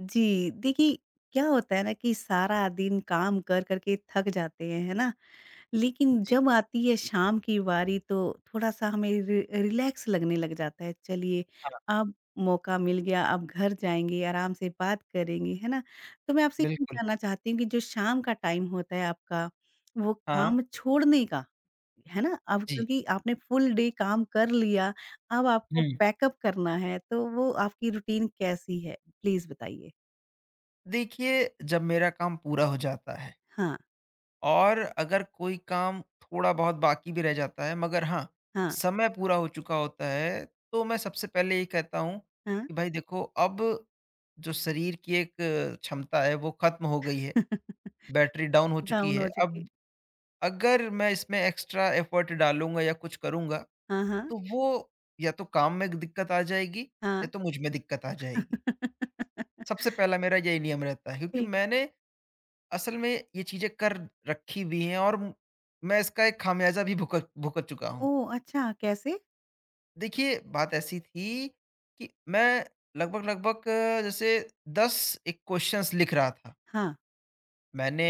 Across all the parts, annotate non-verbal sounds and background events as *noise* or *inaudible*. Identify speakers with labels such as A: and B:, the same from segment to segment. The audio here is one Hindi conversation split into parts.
A: जी, देखिए क्या होता है ना कि सारा दिन काम कर कर के थक जाते हैं, है ना? लेकिन
B: जी,
A: जब आती है शाम की बारी तो थोड़ा-सा हमें रि रिलैक्स लगने लग जाता है, चलिए
B: हाँ,
A: अब मौका मिल गया, अब घर जाएँगे, आराम से बात करेंगे, है ना? तो मैं आपसे ये
B: बिल्कुल।
A: जानना चाहती हूँ कि जो शाम का टाइम होता है आपका, वो
B: हाँ,
A: काम छोड़ने का, है ना? अब
B: जी।
A: क्योंकि आपने फुल डे काम कर लिया, अब आपको
B: हुँ,
A: पैकअप करना है, तो वो आपकी रूटीन कैसी है? प्लीज़ बताइए?
B: देखिए जब मेरा काम पूरा हो जाता है
A: हाँ।
B: और अगर कोई काम थोड़ा-बहुत बाकी भी रह जाता है मगर हाँ,
A: हाँ,
B: समय पूरा हो चुका होता है, तो मैं सबसे पहले ये कहता हूँ
A: हाँ।
B: कि भाई देखो अब जो शरीर की एक क्षमता है वो खत्म हो गई है,
A: *laughs*
B: बैटरी डाउन हो चुकी
A: डाउन
B: है।
A: हो चुकी
B: अब अगर मैं इसमें एक्स्ट्रा एफर्ट डालूँगा या कुछ करूँगा,
A: हाँ, हाँ,
B: तो वो या तो काम में दिक्कत आ जाएगी या
A: हाँ।
B: तो मुझ में दिक्कत आ जाएगी।
A: *laughs*
B: सबसे पहला मेरा यही नियम रहता है क्योंकि
A: ठीक
B: मैंने असल में ये चीज़ें कर रखी हुई हैं और मैं इसका एक खामियाज़ा भी भुगत भुगत चुका हूँ।
A: ओह! अच्छा कैसे?
B: देखिए, बात ऐसी थी कि मैं लगभग-लगभग जैसे 10 एक क्वेश्चन्स लिख रहा था।
A: हाँ,
B: मैंने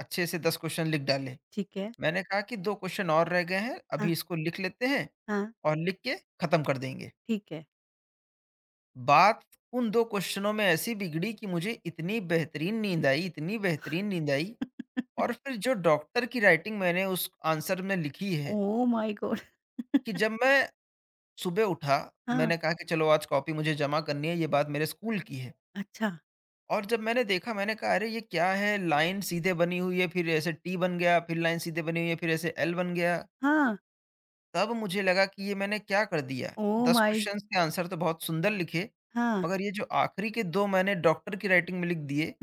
B: अच्छे से 10 क्वेश्चन लिख डाले।
A: ठीक है।
B: मैंने कहा कि 2 क्वेश्चन और रह गए हैं,
A: हाँ,
B: अभी इसको लिख लेते हैं
A: हाँ,
B: और लिख के ख़त्म कर देंगे।
A: ठीक है।
B: बात उन 2 क्वेश्चनों में ऐसी बिगड़ी कि मुझे इतनी बेहतरीन नींद आई, इतनी बेहतरीन नींद आई
A: *laughs*
B: और फिर जो डॉक्टर की राइटिंग मैंने उस आंसर में लिखी है
A: ओह माय गॉड!
B: कि
A: *laughs*
B: जब मैं सुबह उठा,
A: हाँ,
B: मैंने कहा कि चलो आज कॉपी मुझे जमा करनी है, ये बात मेरे स्कूल की है।
A: अच्छा,
B: और जब मैंने देखा मैंने कहा अरे ये क्या है? लाइन सीधे बनी हुई है, फिर ऐसे टी बन गया, फिर लाइन सीधे बनी हुई है, फिर ऐसे एल बन गया।
A: हाँ,
B: तब मुझे लगा कि ये मैंने क्या कर दिया?
A: ओह
B: 10
A: माय
B: क्वेश्चंस के आंसर तो बहुत सुंदर लिखे,
A: हाँ।
B: मगर ये जो आखिरी के 2 मैंने डॉक्टर की राइटिंग में लिख दिए,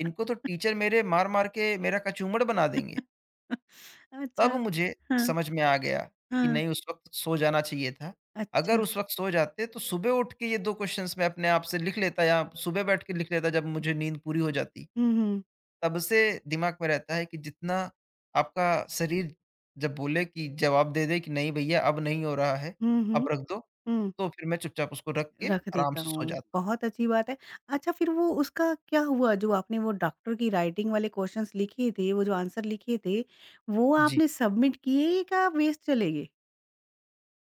B: इनको तो टीचर मेरे मार-मार के मेरा कचूमड़ बना देंगे।
A: *laughs*
B: तब
A: अच्छा,
B: मुझे
A: हाँ,
B: समझ में आ गया कि
A: हाँ,
B: नहीं उस वक़्त सो जाना चाहिए था। अगर
A: अच्छा।
B: उस वक़्त सो जाते तो सुबह उठ के ये 2 क्वेश्चन्स मैं अपने आप से लिख लेता या सुबह बैठ के लिख लेता जब मुझे नींद पूरी हो जाती।
A: हुँ, हुँ,
B: तब से दिमाग में रहता है कि जितना आपका शरीर जब बोले कि जवाब दे दे कि नहीं भैया अब नहीं हो रहा है,
A: हुँ,
B: अब
A: हुँ,
B: रख दो,
A: हुँ।
B: तो फिर मैं चुपचाप उसको रख के
A: रख
B: आराम
A: देता
B: से सो
A: हूँ,
B: जाता हूँ।
A: बहुत अच्छी बात है। अच्छा फिर वो उसका क्या हुआ जो आपने वो डॉक्टर की राइटिंग वाले क्वेश्चन्स लिखे थे, वो जो आंसर लिखे थे, वो
B: जी,
A: आपने सबमिट किए या वेस्ट चले गए?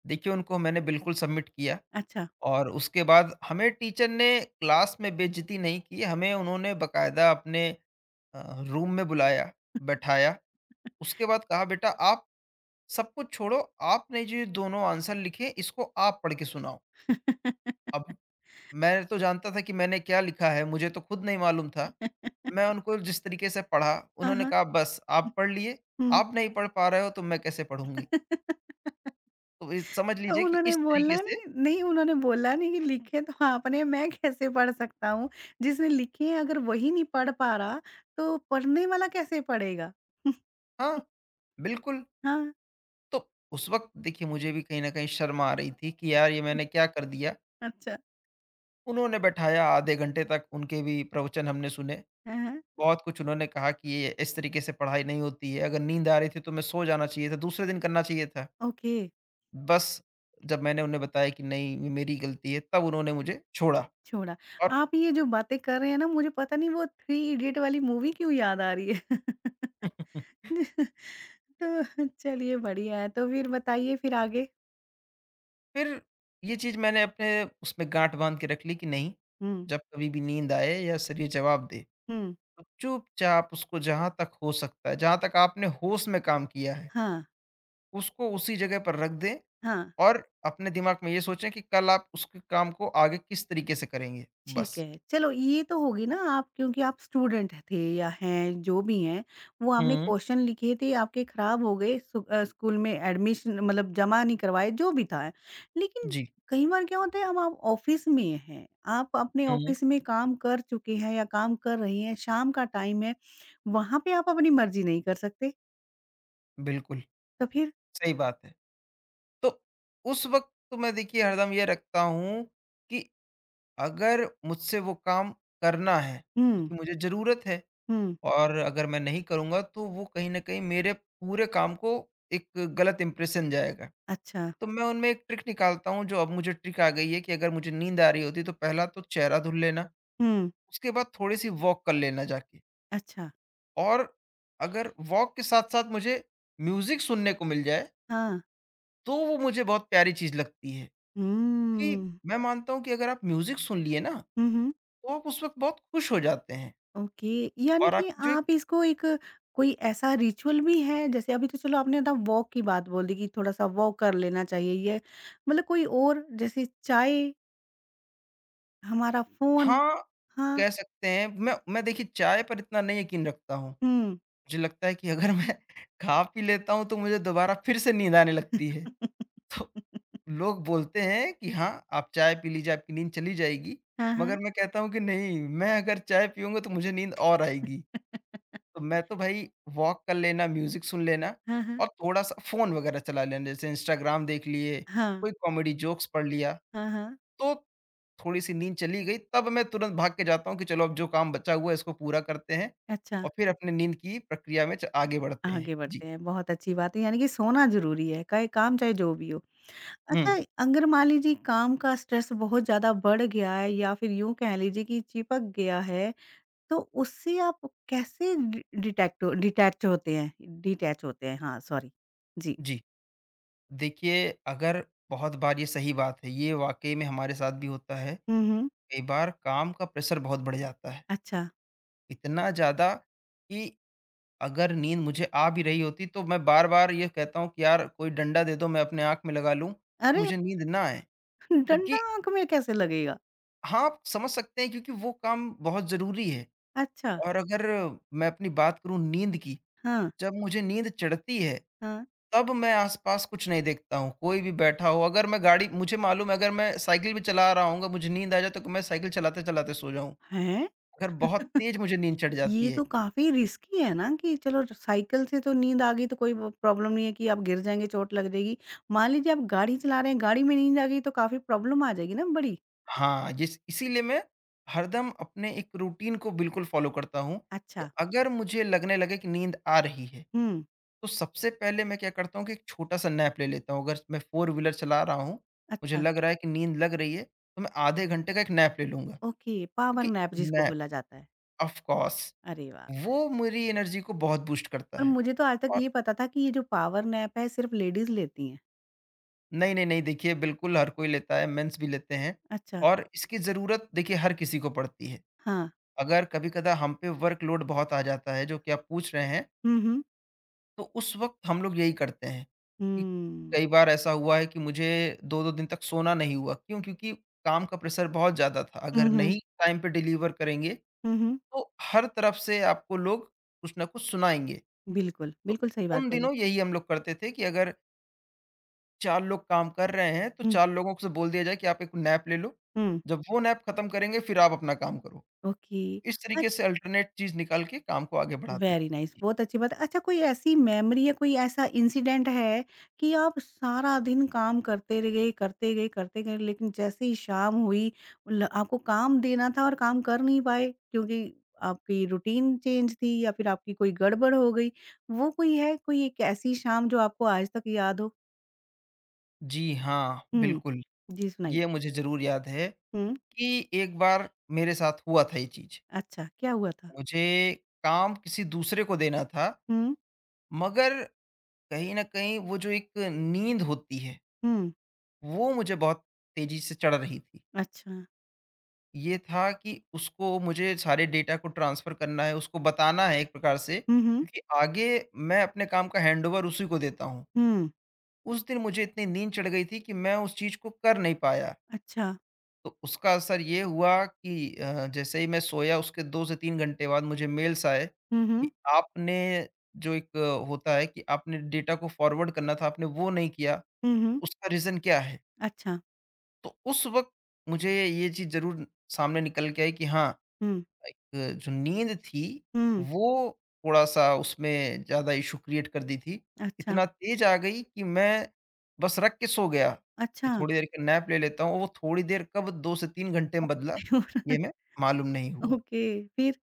B: देखिए उनको मैंने बिल्कुल सबमिट किया
A: अच्छा।
B: और उसके बाद हमें टीचर ने क्लास में बेइज़्ज़ती नहीं की, हमें उन्होंने बाकायदा अपने रूम में बुलाया, बैठाया, उसके बाद कहा बेटा आप सब कुछ छोड़ो, आपने ये दोनों आंसर लिखे इसको आप पढ़ के सुनाओ। अब
A: *laughs*
B: मैं तो जानता था कि मैंने क्या लिखा है, मुझे तो खुद नहीं मालूम था। मैं उनको जिस तरीके से पढ़ा,
A: हाँ,
B: उन्होंने
A: हाँ।
B: कहा बस आप पढ़ लिए,
A: हुँ।
B: आप नहीं पढ़ पा रहे हो तो मैं कैसे पढ़ूँगी?
A: *laughs*
B: तो ये समझ
A: तो
B: लीजिए कि
A: उन्होंने
B: इस तरीके
A: बोला
B: से
A: नहीं नहीं उन्होंने बोला नहीं कि लिखे तो आपने, मैं कैसे पढ़ सकता हूँ? जिसने लिखे हैं अगर वही नहीं पढ़ पा रहा, तो पढ़ने वाला कैसे पढ़ेगा? *laughs*
B: हाँ, बिल्कुल।
A: हाँ,
B: तो उस वक़्त देखिए मुझे भी कहीं न कहीं शर्म आ रही थी कि यार ये मैंने क्या कर दिया?
A: अच्छा।
B: उन्होंने बैठाया आधे घंटे तक उनके भी प्रवचन हमने सुने।
A: हाँ, हाँ।
B: बहुत कुछ उन्होंने कहा कि ये इस तरीके से पढ़ाई नहीं होती है, अगर नींद आ रही थी तो मैं सो जाना चाहिए था, दूसरे दिन करना चाहिए था।
A: ओके।
B: बस जब मैंने उन्हें बताया कि नहीं ये मेरी गलती है, तब उन्होंने मुझे छोड़ा
A: छोड़ा।
B: और
A: आप ये जो बातें कर रहे हैं ना मुझे पता नहीं वो थ्री इडियट वाली मूवी क्यों याद आ रही है।
B: *laughs*
A: *laughs* तो चलिए बढ़िया है। तो फिर बताइए फिर आगे?
B: फिर ये चीज़ मैंने अपने उसमें गाँठ बाँध के रख ली कि नहीं,
A: हुँ,
B: जब कभी भी नींद आए या शरीर जवाब दे,
A: हुँ।
B: तो चुपचाप उसको जहाँ तक हो सकता है, जहाँ तक आपने होश में काम किया है,
A: हाँ,
B: उसको उसी जगह पर रख दें
A: हाँ।
B: और अपने दिमाग में ये सोचें कि कल आप उसके काम को आगे किस तरीके से करेंगे,
A: ठीक
B: बस।
A: है। चलो ये तो होगी ना आप क्योंकि आप स्टूडेंट थे या हैं जो भी हैं, वो आपने
B: हुँ।
A: क्वेश्चन लिखे थे आपके खराब हो गए स्कूल में एडमिशन मतलब जमा नहीं करवाए जो भी था। लेकिन
B: जी।
A: कई बार क्या होता है हम आप ऑफ़िस में हैं, आप अपने
B: हुँ, हुँ।
A: ऑफ़िस में काम कर चुके हैं या काम कर रहे हैं, शाम का टाइम है, वहाँ पे आप अपनी मर्ज़ी नहीं कर सकते।
B: बिल्कुल,
A: तो फिर
B: सही बात है। तो उस वक़्त तो मैं देखिए हरदम ये रखता हूँ कि अगर मुझसे वो काम करना है,
A: हुँ,
B: क्योंकि मुझे ज़रूरत है
A: हुँ,
B: और अगर मैं नहीं करूँगा तो वो कहीं न कहीं मेरे पूरे काम को एक गलत इम्प्रेशन जाएगा।
A: अच्छा,
B: तो मैं उनमें एक ट्रिक निकालता हूँ जो अब मुझे ट्रिक आ गई है कि अगर मुझे नींद आ रही होती है तो पहला तो चेहरा धुल लेना,
A: हुँ,
B: उसके बाद थोड़ी-सी वॉक कर लेना जाके
A: अच्छा,
B: और अगर वॉक के साथ-साथ मुझे म्यूज़िक सुनने को मिल जाए
A: हाँ,
B: तो वो मुझे बहुत प्यारी चीज़ लगती है, क्योंकि
A: हुँ।
B: मैं मानता हूँ कि अगर आप म्यूज़िक सुन लिए ना, तो
A: हुँ, हुँ।
B: आप उस वक़्त बहुत खुश हो जाते हैं
A: ओके यानी
B: और आप
A: कि
B: जो एक
A: आप इसको एक कोई ऐसा रिचुअल भी है जैसे अभी तो चलो आपने ना वॉक की बात बोल दी कि थोड़ा सा वॉक कर लेना चाहिए ये मतलब कोई और जैसे चाय हमारा फोन
B: हाँ,
A: हाँ
B: कह सकते हैं मैं देखिए चाय पर इतना नहीं यकीन रखता हूँ।
A: हम्म
B: मुझे लगता है कि अगर मैं *laughs* खा पी लेता हूँ, तो मुझे दोबारा फिर से नींद आने लगती
A: *laughs*
B: है। तो लोग बोलते हैं कि हाँ, आप चाय पी लीजिए, आपकी नींद चली जाएगी,
A: हाँ
B: मगर
A: हाँ
B: मैं कहता हूँ कि नहीं, मैं अगर चाय पीऊँगा, तो मुझे नींद और आएगी। तो मैं तो भाई वॉक कर लेना, म्यूज़िक सुन लेना
A: हाँ हाँ
B: और थोड़ा-सा फ़ोन वगैरह चला लेना, जैसे इंस्टाग्राम देख लिए,
A: हाँ
B: कोई कॉमेडी जोक्स पढ़ लिया,
A: हाँ हाँ,
B: तो थोड़ी-सी नींद चली गई, तब मैं तुरंत भाग के जाता हूँ कि चलो अब जो काम बचा हुआ है इसको पूरा करते हैं
A: अच्छा
B: और फिर अपनी नींद की प्रक्रिया में च आगे बढ़ते हैं।
A: आगे
B: जी।
A: बढ़ते हैं बहुत अच्छी बात है यानी कि सोना जरूरी है चाहे काम चाहे जो भी हो
B: हुँ,
A: अच्छा अगर मान लीजिए काम का स्ट्रेस बहुत ज्यादा बढ़ गया है या फिर यूं कह लीजिए कि चिपक गया है तो उससे आप कैसे डि डिटेक्ट डिटैच होते हैं, हाँ सॉरी। जी।
B: जी। देखिए, अगर बहुत बार ये सही बात है, ये वाक़ई में हमारे साथ भी होता है।
A: हुँ, हुँ।
B: कई बार काम का प्रेशर बहुत बढ़ जाता है,
A: अच्छा।
B: इतना ज़्यादा कि अगर नींद मुझे आ भी रही होती तो मैं बार-बार ये कहता हूँ कि यार कोई डंडा दे दो मैं अपने आँख में लगा लूँ,
A: अरे!
B: मुझे नींद ना आए।
A: *laughs*
B: क्योंकि
A: डंडा आँख में कैसे लगेगा?
B: हाँ, आप समझ सकते हैं क्योंकि वो काम बहुत ज़रूरी है
A: अच्छा,
B: और अगर मैं अपनी बात करूँ नींद की,
A: हाँ,
B: जब मुझे नींद चढ़ती है,
A: हाँ।
B: तब मैं आस-पास कुछ नहीं देखता हूँ, कोई भी बैठा हो अगर मैं गाड़ी मुझे मालूम है अगर मैं साइकिल भी चला रहा होऊँगा मुझे नींद आ जाए तो मैं साइकिल चलाते-चलाते सो जाऊँ।
A: हैं?
B: अगर बहुत तेज़
A: *laughs*
B: मुझे नींद चढ़ जाती
A: ये
B: है,
A: तो काफ़ी रिस्की है ना कि चलो साइकिल से तो नींद आ गई तो कोई ब प्रॉब्लम नहीं है कि आप गिर जाएँगे, चोट लग जाएगी। मान लीजिए आप गाड़ी चला रहे हैं, गाड़ी में नींद आ गई तो काफ़ी प्रॉब्लम आ जाएगी ना बड़ी।
B: हाँ, जिस इसीलिए मैं हरदम अपने एक रूटीन को बिल्कुल फ़ॉलो करता हूँ कि
A: अच्छा,
B: अगर मुझे लगने लगे कि नींद आ रही है,
A: हुँ,
B: तो सबसे पहले मैं क्या करता हूँ कि एक छोटा-सा नैप ले लेता हूँ। अगर मैं फ़ोर व्हीलर चला रहा हूँ, मुझे
A: अच्छा,
B: लग रहा है कि नींद लग रही है, तो मैं आधे घंटे का एक नैप ले लूँगा।
A: ओके, पावर
B: क्योंकि
A: नैप जिसको
B: नैप
A: बोला जाता है।
B: ऑफ़ कोर्स
A: अरे वाह!
B: वो मेरी एनर्जी को बहुत बूस्ट करता
A: और
B: है।
A: मुझे तो आज तक
B: और
A: ये पता था कि ये जो पावर नैप है सिर्फ़ लेडीज़ लेती हैं।
B: नहीं, नहीं, नहीं देखिए बिल्कुल हर कोई लेता है, मेंस भी लेते हैं
A: अच्छा,
B: और इसकी ज़रूरत देखिए हर किसी को पड़ती है।
A: हाँ।
B: अगर कभी-कदा हम पे वर्कलोड बहुत आ जाता है, जो कि आप पूछ रहे हैं,
A: हुँ, हुँ।
B: तो उस वक़्त हम लोग यही करते हैं कि
A: हुँ।
B: कई बार ऐसा हुआ है कि मुझे 2-2 दिन तक सोना नहीं हुआ। क्यों? क्योंकि काम का प्रेशर बहुत ज़्यादा था।
A: हुँ,
B: अगर
A: हुँ।
B: नहीं टाइम पे डिलीवर करेंगे,
A: हुँ, हुँ।
B: तो हर तरफ से आपको लोग कुछ ना कुछ सुनाएँगे।
A: बिल्कुल,
B: तो
A: बिल्कुल सही बात
B: उन
A: बोली।
B: दिनों यही हम लोग करते थे कि अगर 4 लोग काम कर रहे हैं, तो
A: हुँ,
B: 4 लोगों से बोल दिया जाए कि आप एक नैप ले लो।
A: हुँ।
B: जब वो नैप खत्म करेंगे, फिर आप अपना काम करो।
A: ओके।
B: इस तरीके से अल्टरनेट चीज़ निकाल के काम को आगे बढ़ाते थे।
A: वेरी नाइस बहुत अच्छी बात है। अच्छा कोई ऐसी मेमोरी या कोई ऐसा इंसिडेंट है कि आप सारा दिन काम करते रह गए करते गए करते गए लेकिन जैसे ही शाम हुई आपको काम देना था और काम कर नहीं पाए क्योंकि आपकी रूटीन चेंज थी या फिर आपकी कोई गड़बड़ हो गई वो कोई है कोई एक ऐसी शाम जो आपको आज तक याद हो
B: जी, हाँ,
A: हम्म
B: बिल्कुल।
A: जी सुनाइए
B: ये मुझे ज़रूर याद है
A: हम्म
B: कि एक बार मेरे साथ हुआ था ये चीज़।
A: अच्छा क्या हुआ था
B: मुझे काम किसी दूसरे को देना था,
A: हम्म
B: मगर कहीं न कहीं वो जो एक नींद होती है,
A: हम्म
B: वो मुझे बहुत तेज़ी से चढ़ रही थी।
A: अच्छा
B: ये था कि उसको मुझे सारे डेटा को ट्रांसफ़र करना है, उसको बताना है एक प्रकार से,
A: हम्म हम्म
B: क्योंकि आगे मैं अपने काम का हैंडओवर उसी को देता हूँ।
A: हम्म,
B: उस दिन मुझे इतनी नींद चढ़ गई थी कि मैं उस चीज़ को कर नहीं पाया।
A: अच्छा
B: तो उसका असर ये हुआ कि जैसे ही मैं सोया उसके 2 से 3 घंटे बाद मुझे मेल्स आए
A: हम्म हम्म
B: कि आपने जो एक होता है कि आपने डेटा को फॉरवर्ड करना था, आपने वो नहीं किया,
A: हम्म हम्म,
B: उसका रीज़न क्या है?
A: अच्छा
B: तो उस वक़्त मुझे ये चीज़ ज़रूर सामने निकल के आई कि हाँ,
A: हम्म
B: लाइक जो नींद थी
A: हुँ,
B: वो थोड़ा-सा उसमें ज़्यादा इश्यू क्रिएट कर दी थी।
A: अच्छा,
B: इतना तेज़ आ गई कि मैं बस रख के सो गया कि
A: अच्छा।
B: थोड़ी देर का नैप ले लेता हूँ। वो थोड़ी देर कब 2 से 3 घंटे में बदला ये
A: *laughs*
B: हमें मालूम नहीं हुआ।
A: ओके, फिर?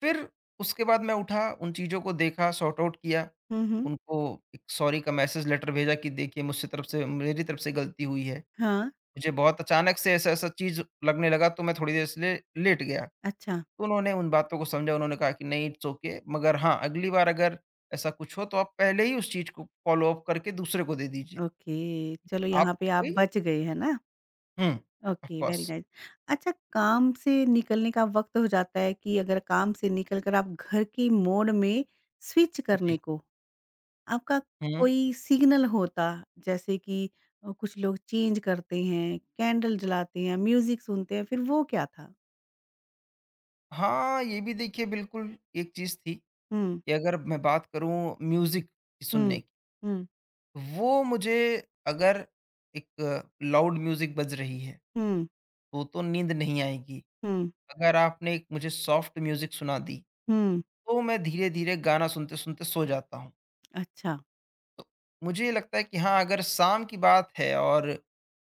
B: फिर उसके बाद मैं उठा, उन चीज़ों को देखा, सॉर्ट आउट किया।
A: हुँ, हुँ।
B: उनको एक सॉरी का मैसेज लेटर भेजा कि देखिए मुझसे तरफ से मेरी तरफ से गलती हुई है।
A: हाँ,
B: मुझे बहुत अचानक से ऐसा-ऐसा चीज़ लगने लगा तो मैं थोड़ी देर इसलिए लेट गया।
A: अच्छा,
B: तो उन्होंने उन बातों को समझा, उन्होंने कहा कि नहीं इट्स ओके मगर हाँ, अगली बार अगर ऐसा कुछ हो तो आप पहले ही उस चीज़ को फ़ॉलो-अप करके दूसरे को दे दीजिए।
A: ओके, चलो यहाँ
B: आपको
A: पे आप
B: कोई
A: बच गए, है ना?
B: हुँ, of
A: okay, very
B: course.
A: Nice. अच्छा, काम से निकलने का वक़्त हो जाता है कि अगर काम से निकल कर आप घर की मोड में स्विच
B: जी।
A: करने को आपका
B: हुँ।
A: कोई सिग्नल होता, जैसे कि कुछ लोग चेंज करते हैं, कैंडल जलाते हैं, म्यूज़िक सुनते हैं, फिर वो क्या था?
B: हाँ, ये भी देखिए बिल्कुल एक चीज़ थी कि
A: हुँ,
B: अगर मैं बात करूँ म्यूज़िक सुनने
A: हुँ,
B: की,
A: हुँ,
B: वो मुझे अगर एक लाउड म्यूज़िक बज रही है,
A: हुँ,
B: तो नींद नहीं आएगी।
A: हुँ,
B: अगर आपने एक मुझे सॉफ्ट म्यूज़िक सुना दी,
A: हुँ,
B: तो मैं धीरे-धीरे गाना सुनते-सुनते सो जाता हूँ।
A: अच्छा।
B: तो मुझे लगता है कि हाँ, अगर शाम की बात है और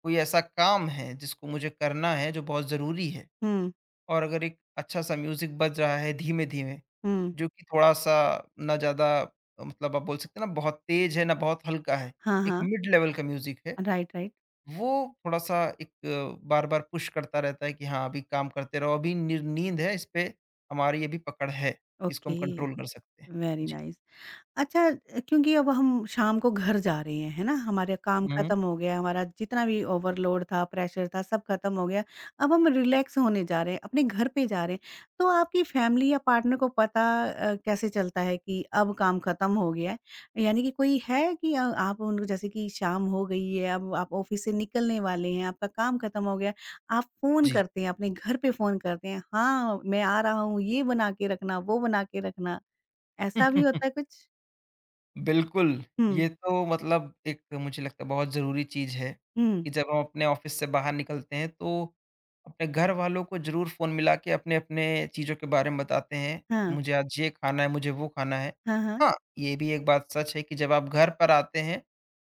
B: कोई ऐसा काम है जिसको मुझे करना है जो बहुत ज़रूरी है
A: Hmm.
B: और अगर एक अच्छा-सा म्यूज़िक बज रहा है धीमे-धीमे,
A: Hmm.
B: जो कि थोड़ा-सा ना ज़्यादा मतलब आप बोल सकते हैं ना बहुत तेज़ है, ना बहुत हल्का है,
A: Yeah.
B: एक
A: Yeah.
B: मिड लेवल का म्यूज़िक है,
A: Right. Right.
B: वो थोड़ा-सा एक बार-बार पुश करता रहता है कि हाँ, अभी काम करते रहो, अभी नि नींद है, इस पे हमारी अभी पकड़ है, इसको हम
A: Okay.
B: कंट्रोल कर सकते हैं।
A: Very
B: जी।
A: nice. अच्छा क्योंकि अब हम शाम को घर जा रहे हैं, है ना? हमारा काम
B: हुँ,
A: खत्म हो गया, हमारा जितना भी ओवरलोड था, प्रेशर था, सब खत्म हो गया। अब हम रिलैक्स होने जा रहे हैं, अपने घर पे जा रहे हैं। तो आपकी फैमिली या पार्टनर को पता कैसे चलता है कि अब काम खत्म हो गया है? यानी कि कोई है कि आप उनको जैसे कि शाम हो गई है, अब आप ऑफिस से निकलने वाले हैं, आपका काम खत्म हो गया है, आप फ़ोन
B: जी।
A: करते हैं, अपने घर पे फ़ोन करते हैं, "हाँ, मैं आ रहा हूँ, ये बना के रखना, वो बना के रखना।" ऐसा भी होता है
B: *laughs*
A: कुछ?
B: बिल्कुल,
A: हुँ,
B: ये तो मतलब एक मुझे लगता है बहुत ज़रूरी चीज़ है,
A: हुँ,
B: कि जब हम अपने ऑफ़िस से बाहर निकलते हैं तो अपने घर वालों को ज़रूर फ़ोन मिला के अपने-अपने चीज़ों के बारे में बताते हैं,
A: हाँ,
B: मुझे आज ये खाना है, मुझे वो खाना है।
A: हाँ, हाँ,
B: हाँ, ये भी एक बात सच है कि जब आप घर पर आते हैं,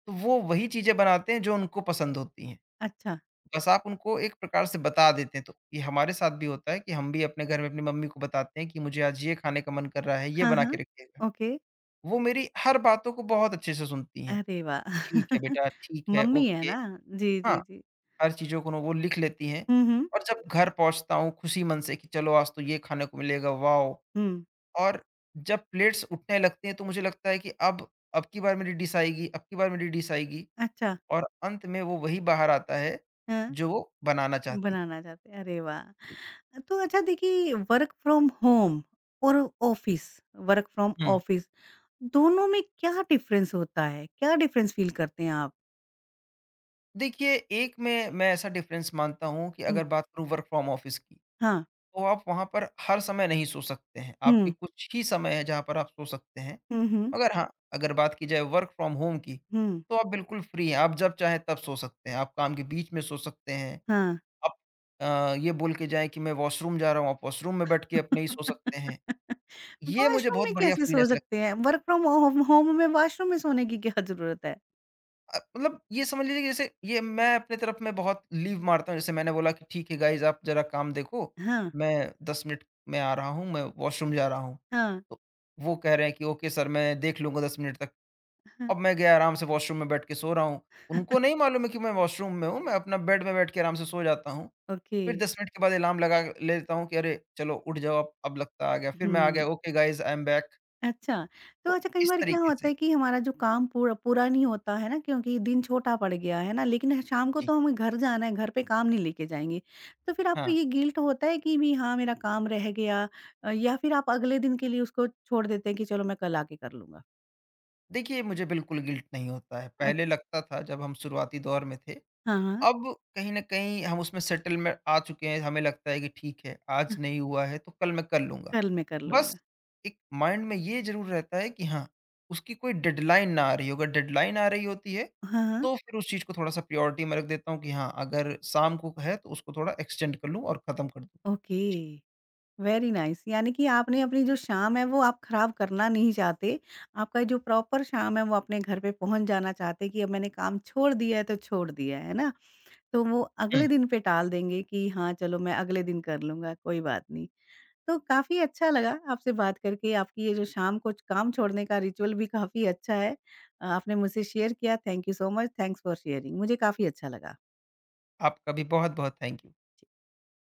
B: तो वो वही चीज़ें बनाते हैं जो उनको पसंद होती हैं,
A: अच्छा,
B: बस आप उनको एक प्रकार से बता देते हैं। तो ये हमारे साथ भी होता है कि हम भी अपने घर में अपनी मम्मी को बताते हैं कि मुझे आज ये खाने का मन कर रहा है, ये
A: हाँ,
B: बना के
A: हाँ,
B: रखिएगा।
A: ओके,
B: वो मेरी हर बातों को बहुत अच्छे से सुनती हैं।
A: अरे वाह!
B: ठीक है
A: *laughs*
B: बेटा, ठीक है,
A: मम्मी है
B: ओके।
A: ना? जी, जी,
B: हाँ,
A: जी,
B: हर चीज़ों को ना वो लिख लेती हैं
A: हुँ, हुँ,
B: और जब घर पहुँचता हूँ खुशी मन से कि चलो आज तो ये खाने को मिलेगा, वॉव!
A: हुँ,
B: और जब प्लेट्स उठने लगती हैं तो मुझे लगता है कि अब की बार मेरी डिश आएगी, अब की बार मेरी डिश आएगी
A: अच्छा,
B: और अंत में वो वही बाहर आता है
A: हाँ,
B: जो वो बनाना चाहती थी।
A: बनाना चाहते हैं, अरे
B: जी।
A: वाह! तो अच्छा देखिए वर्क फ्रॉम होम और ऑफ़िस वर्क फ्रॉम
B: हुँ।
A: ऑफ़िस दोनों में क्या डिफ़रेंस होता है? क्या डिफ़रेंस फ़ील करते हैं आप?
B: देखिए, एक में मैं ऐसा डिफ़रेंस मानता हूँ कि
A: हुँ,
B: अगर बात करूँ वर्क फ्रॉम ऑफिस की।
A: हाँ,
B: तो आप वहाँ पर हर समय नहीं सो सकते हैं। आपके
A: हुँ,
B: कुछ ही समय है जहाँ पर आप सो सकते हैं।
A: हुँ, हुँ,
B: मगर हाँ, अगर बात की जाए वर्क फ्रॉम होम की,
A: हुँ,
B: तो आप बिल्कुल फ्री हैं। आप जब चाहें तब सो सकते हैं। आप काम के बीच में सो सकते हैं।
A: हाँ।
B: आप ये बोल के जाएँ कि मैं वॉशरूम जा रहा हूँ, आप वॉशरूम में बैठ के अपने ही सो सकते हैं। ये मुझे
A: वॉशरूम
B: बहुत
A: में
B: बढ़िया
A: कैसे सो
B: फ्रीनेस लग
A: सकते हैं? वर्क फ्रॉम होम होम में वॉशरूम में सोने की क्या ज़रूरत है?
B: मतलब ये समझ लीजिए कि जैसे ये मैं अपने तरफ में बहुत लीव मारता हूँ। जैसे मैंने बोला कि ठीक है गाइज़ आप ज़रा काम देखो,
A: हाँ,
B: मैं 10 मिनट में आ रहा हूँ, मैं वॉशरूम जा रहा हूँ।
A: हाँ,
B: तो वो कह रहे हैं कि ओके सर मैं देख लूँगा 10 मिनट तक।
A: हाँ,
B: अब मैं गया आराम से वॉशरूम में बैठ के सो रहा हूँ। उनको नहीं मालूम है कि मैं वॉशरूम में हूँ, मैं अपना बेड में बैठ के आराम से सो जाता हूँ।
A: ओके।
B: फिर 10 मिनट के बाद अलार्म लगा लेता हूँ कि अरे चलो उठ जाओ अब लगता आ गया। फिर मैं आ
A: हुँ,
B: गया okay guys I am back.
A: अच्छा। तो
B: तो
A: अच्छा कई
B: इस
A: बार क्या
B: तरीके से।
A: होता है कि हमारा जो काम पूरा पूरा नहीं होता है ना क्योंकि दिन छोटा पड़ गया है ना, लेकिन शाम को
B: जी,
A: तो हमें घर जाना है, घर पे काम नहीं लेके जाएँगे। तो फिर आपको
B: हाँ।
A: ये गिल्ट होता है कि भी हाँ, मेरा काम रह गया या फिर आप अगले दिन के लिए उसको छोड़ देते हैं कि चलो मैं कल आके कर लूँगा?
B: देखिए मुझे बिल्कुल गिल्ट नहीं होता है। पहले
A: अच्छा।
B: लगता था जब हम शुरुआती दौर में थे
A: हाँ, हाँ।
B: अब कहीं न कहीं हम उसमें सेटल में आ चुके हैं, हमें लगता है कि ठीक है,
A: अ,
B: आज नहीं हुआ है तो कल मैं कर लूँगा।
A: कल मैं कर
B: बस
A: लूँगा।
B: एक माइंड में ये ज़रूर रहता है कि हाँ, उसकी कोई डेडलाइन ना आ रही हो, अगर डेडलाइन आ रही होती है,
A: हाँ, हाँ।
B: तो फिर उस चीज़ को थोड़ा-सा प्रायोरिटी में रख देता हूँ कि हाँ, अगर शाम को है तो उसको थोड़ा एक्सटेंड कर लूँ और खत्म कर दूँ।
A: ओके, वेरी नाइस यानी कि आपने अपनी जो शाम है वो आप खराब करना नहीं चाहते। आपका जो प्रॉपर शाम है वो अपने घर पे पहुँच जाना चाहते हैं कि अब मैंने काम छोड़ दिया है तो छोड़ दिया है ना? तो वो
B: हुँ,
A: अगले दिन पे टाल देंगे कि हाँ, चलो मैं अगले दिन कर लूँगा, कोई बात नहीं। तो काफ़ी अच्छा लगा आपसे बात करके, आपकी ये जो शाम को काम छोड़ने का रिचुअल भी काफ़ी अच्छा है। आपने मुझसे शेयर किया, thank you so much, thanks for sharing मुझे काफ़ी अच्छा लगा।
B: आपका भी बहुत-बहुत थैंक यू।